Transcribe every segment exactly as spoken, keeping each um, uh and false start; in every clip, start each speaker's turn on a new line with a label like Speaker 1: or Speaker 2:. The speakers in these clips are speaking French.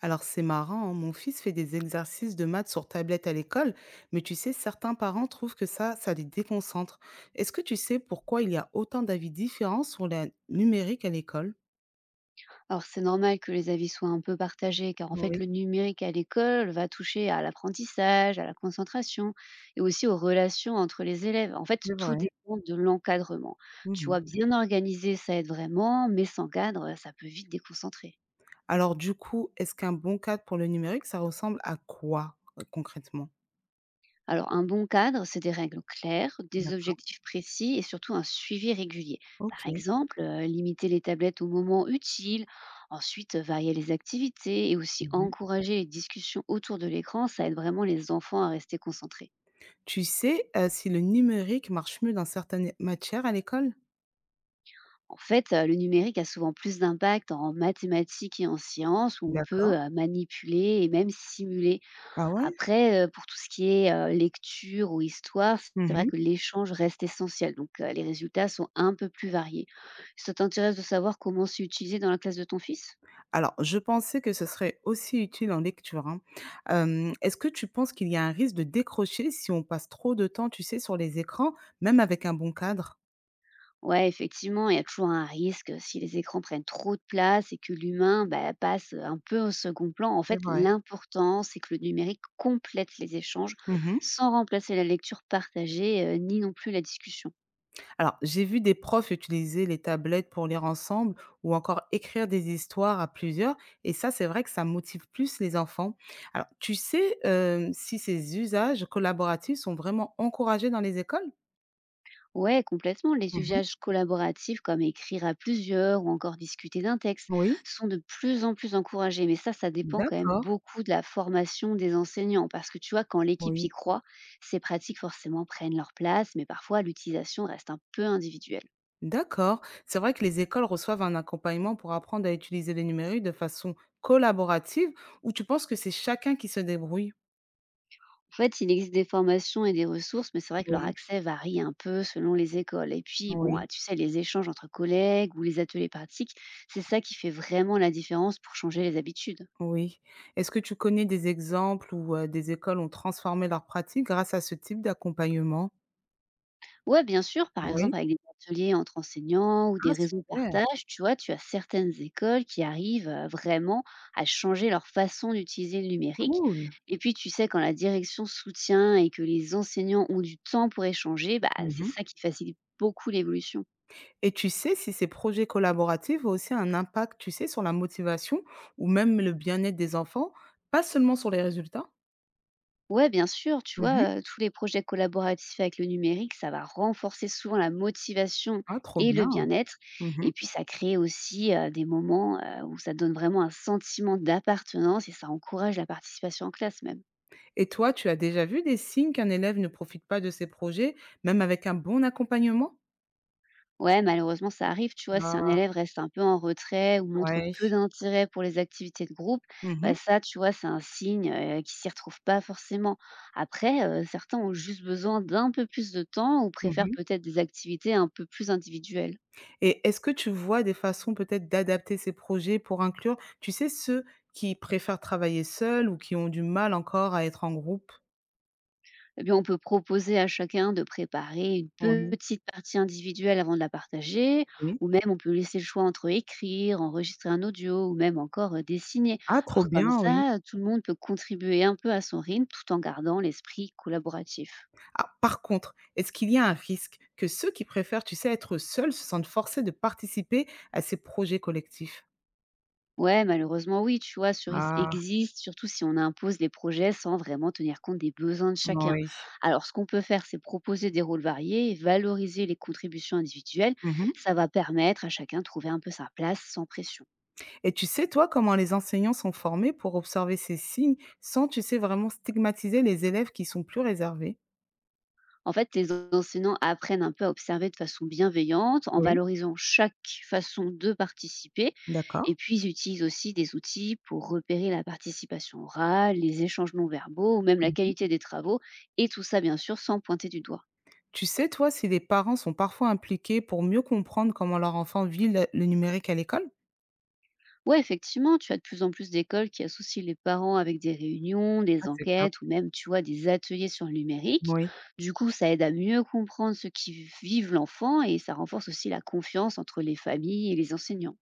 Speaker 1: Alors c'est marrant, hein, mon fils fait des exercices de maths sur tablette à l'école, mais tu sais, certains parents trouvent que ça, ça les déconcentre. Est-ce que tu sais pourquoi il y a autant d'avis différents sur le numérique à l'école?
Speaker 2: Alors c'est normal que les avis soient un peu partagés, car en fait
Speaker 1: Oui,
Speaker 2: le numérique à l'école va toucher à l'apprentissage, à la concentration et aussi aux relations entre les élèves. En fait,
Speaker 1: c'est
Speaker 2: tout
Speaker 1: vrai.
Speaker 2: dépend de l'encadrement. Tu
Speaker 1: Mhm.
Speaker 2: vois, bien organisé, ça aide vraiment, mais sans cadre, ça peut vite déconcentrer.
Speaker 1: Alors du coup, est-ce qu'un bon cadre pour le numérique, ça ressemble à quoi euh, concrètement?
Speaker 2: Alors, un bon cadre, c'est des règles claires, des
Speaker 1: D'accord,
Speaker 2: objectifs précis et surtout un suivi régulier. Par
Speaker 1: ok.
Speaker 2: exemple, euh, limiter les tablettes au moment utile, ensuite euh, varier les activités et aussi
Speaker 1: Mhm.
Speaker 2: encourager les discussions autour de l'écran, ça aide vraiment les enfants à rester concentrés.
Speaker 1: Tu sais euh, si le numérique marche mieux dans certaines matières à l'école?
Speaker 2: En fait, euh, le numérique a souvent plus d'impact en mathématiques et en sciences où on peut
Speaker 1: D'accord.
Speaker 2: euh, manipuler et même simuler.
Speaker 1: Ah ouais?
Speaker 2: Après, heu, pour tout ce qui est, heu, lecture ou histoire, c'est vrai que l'échange reste essentiel, donc heu, les résultats sont un peu plus variés. Ça t'intéresse de savoir comment c'est utilisé dans la classe de ton fils?
Speaker 1: Alors, je pensais que ce serait aussi utile en lecture, hein. Hem, est-ce que tu penses qu'il y a un risque de décrocher si on passe trop de temps, tu sais, sur les écrans, même avec un bon cadre?
Speaker 2: Ouais, effectivement, il y a toujours un risque, si les écrans prennent trop de place et que l'humain, bah, passe, un peu au second plan. En
Speaker 1: C'est
Speaker 2: fait,
Speaker 1: vrai.
Speaker 2: l'important, c'est que le numérique complète les échanges
Speaker 1: Mmh.
Speaker 2: sans remplacer la lecture partagée, heu, ni non plus la discussion.
Speaker 1: Alors, j'ai vu des profs utiliser les tablettes pour lire ensemble ou encore écrire des histoires à plusieurs, et ça, c'est vrai que ça motive plus les enfants. Alors, tu sais, hem, si ces usages collaboratifs sont vraiment encouragés dans les écoles?
Speaker 2: Ouais, complètement. Les
Speaker 1: Mmh.
Speaker 2: usages collaboratifs comme écrire à plusieurs ou encore discuter d'un texte
Speaker 1: Oui.
Speaker 2: sont de plus en plus encouragés. Mais ça, ça dépend quand même
Speaker 1: D'accord.
Speaker 2: beaucoup de la formation des enseignants. Parce que tu vois, quand l'équipe
Speaker 1: Oui.
Speaker 2: y croit, ces pratiques forcément prennent leur place, mais parfois l'utilisation reste un peu individuelle.
Speaker 1: D'accord. C'est vrai que les écoles reçoivent un accompagnement pour apprendre à utiliser les numériques de façon collaborative, ou tu penses que c'est chacun qui se débrouille?
Speaker 2: En fait, il existe des formations et des ressources, mais c'est vrai que leur
Speaker 1: Oui,
Speaker 2: accès varie un peu selon les écoles. Et puis, bon, ah,
Speaker 1: oui.
Speaker 2: tu sais, les échanges entre collègues ou les ateliers pratiques, c'est ça qui fait vraiment la différence pour changer les habitudes.
Speaker 1: Oui. Est-ce que tu connais des exemples où euh, des écoles ont transformé leurs pratiques grâce à ce type d'accompagnement?
Speaker 2: Ouais, bien sûr, par
Speaker 1: Oui.
Speaker 2: exemple, avec des ateliers entre enseignants ou des
Speaker 1: Ah,
Speaker 2: réseaux de
Speaker 1: super,
Speaker 2: partage, tu vois, tu as certaines écoles qui arrivent euh, vraiment à changer leur façon d'utiliser le numérique.
Speaker 1: cool.
Speaker 2: Et puis, tu sais, quand la direction soutient et que les enseignants ont du temps pour échanger, bah, c'est
Speaker 1: Mhm.
Speaker 2: ça qui facilite beaucoup l'évolution.
Speaker 1: Et tu sais si ces projets collaboratifs ont aussi un impact, tu sais, sur la motivation ou même le bien-être des enfants, pas seulement sur les résultats?
Speaker 2: Ouais, bien sûr, tu
Speaker 1: Mhm.
Speaker 2: vois, heu, tous les projets collaboratifs avec le numérique, ça va renforcer souvent la motivation
Speaker 1: Ah, trop
Speaker 2: et
Speaker 1: bien.
Speaker 2: le bien-être
Speaker 1: Mhm.
Speaker 2: et puis ça crée aussi, heu, des moments, heu, où ça donne vraiment un sentiment d'appartenance et ça encourage la participation en classe même.
Speaker 1: Et toi, tu as déjà vu des signes qu'un élève ne profite pas de ses projets, même avec un bon accompagnement?
Speaker 2: Ouais, malheureusement, ça arrive, tu vois, si un
Speaker 1: Ah
Speaker 2: élève reste un peu en retrait ou montre
Speaker 1: ouais.
Speaker 2: peu d'intérêt pour les activités de groupe,
Speaker 1: Mmh
Speaker 2: bah,
Speaker 1: mh.
Speaker 2: ça, tu vois, c'est un signe, heu, qu'il s'y retrouve pas forcément. Après, heu, certains ont juste besoin d'un peu plus de temps ou préfèrent
Speaker 1: Mmh.
Speaker 2: peut-être des activités un peu plus individuelles.
Speaker 1: Et est-ce que tu vois des façons peut-être d'adapter ces projets pour inclure, tu sais, ceux qui préfèrent travailler seuls ou qui ont du mal encore à être en groupe?
Speaker 2: Eh bien, on peut proposer à chacun de préparer une
Speaker 1: Oui,
Speaker 2: petite partie individuelle avant de la partager,
Speaker 1: oui.
Speaker 2: ou même on peut laisser le choix entre écrire, enregistrer un audio, ou même encore euh, dessiner.
Speaker 1: Ah trop
Speaker 2: Alors comme
Speaker 1: bien, oui.
Speaker 2: ça, euh, tout le monde peut contribuer un peu à son rythme tout en gardant l'esprit collaboratif.
Speaker 1: Ah, par contre, est-ce qu'il y a un risque que ceux qui préfèrent, tu sais, être seuls se sentent forcés de participer à ces projets collectifs?
Speaker 2: Ouais, malheureusement, oui, tu vois, ce risque
Speaker 1: Ah,
Speaker 2: existe, surtout si on impose des projets sans vraiment tenir compte des besoins de chacun.
Speaker 1: oui.
Speaker 2: Alors, ce qu'on peut faire, c'est proposer des rôles variés et valoriser les contributions individuelles.
Speaker 1: Mmh.
Speaker 2: Ça va permettre à chacun de trouver un peu sa place sans pression.
Speaker 1: Et tu sais, toi, comment les enseignants sont formés pour observer ces signes sans, tu sais, vraiment stigmatiser les élèves qui sont plus réservés?
Speaker 2: En fait, les enseignants apprennent un peu à observer de façon bienveillante, en
Speaker 1: Oui,
Speaker 2: valorisant chaque façon de participer. Et
Speaker 1: d'accord.
Speaker 2: puis, ils utilisent aussi des outils pour repérer la participation orale, les échanges non verbaux ou même la
Speaker 1: Mhm.
Speaker 2: qualité des travaux. Et tout ça, bien sûr, sans pointer du doigt.
Speaker 1: Tu sais, toi, si les parents sont parfois impliqués pour mieux comprendre comment leur enfant vit le, le numérique à l'école?
Speaker 2: Ouais, effectivement, tu as de plus en plus d'écoles qui associent les parents avec des réunions,
Speaker 1: Ah,
Speaker 2: des
Speaker 1: c'est top.
Speaker 2: enquêtes ou même, tu vois, des ateliers sur le numérique.
Speaker 1: Oui.
Speaker 2: Du coup, ça aide à mieux comprendre ce qui vivent l'enfant et ça renforce aussi la confiance entre les familles et les enseignants.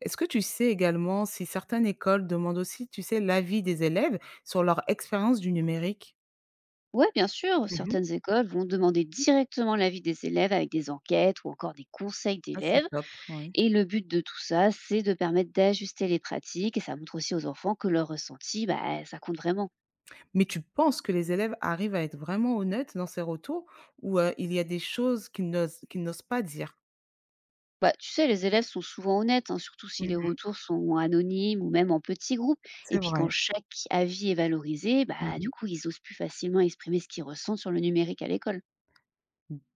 Speaker 1: Est-ce que tu sais également si certaines écoles demandent aussi, tu sais, l'avis des élèves sur leur expérience du numérique?
Speaker 2: Oui, bien sûr,
Speaker 1: Mhm.
Speaker 2: certaines écoles vont demander directement l'avis des élèves avec des enquêtes ou encore des conseils
Speaker 1: Ah, c'est
Speaker 2: d'élèves.
Speaker 1: top, ouais.
Speaker 2: Et le but de tout ça, c'est de permettre d'ajuster les pratiques et ça montre aussi aux enfants que leur ressenti, bah, ça compte vraiment.
Speaker 1: Mais tu penses que les élèves arrivent à être vraiment honnêtes dans ces retours ou heu, il y a des choses qu'ils n'osent qu'ils n'osent pas dire?
Speaker 2: Bah, tu sais, les élèves sont souvent honnêtes, hein, surtout si les
Speaker 1: Mmh.
Speaker 2: retours sont anonymes ou même en petits groupes. Et
Speaker 1: C'est
Speaker 2: puis quand
Speaker 1: vrai.
Speaker 2: chaque avis est valorisé, bah, du
Speaker 1: Mmh.
Speaker 2: coup, ils osent plus facilement exprimer ce qu'ils ressentent sur le numérique à l'école.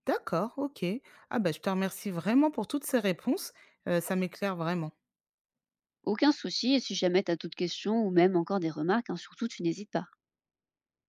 Speaker 1: D'accord, OK. Ah bah, je te remercie vraiment pour toutes ces réponses, heu, ça m'éclaire vraiment.
Speaker 2: Aucun souci, et si jamais tu as toute question ou même encore des remarques, hein, surtout, tu n'hésites pas.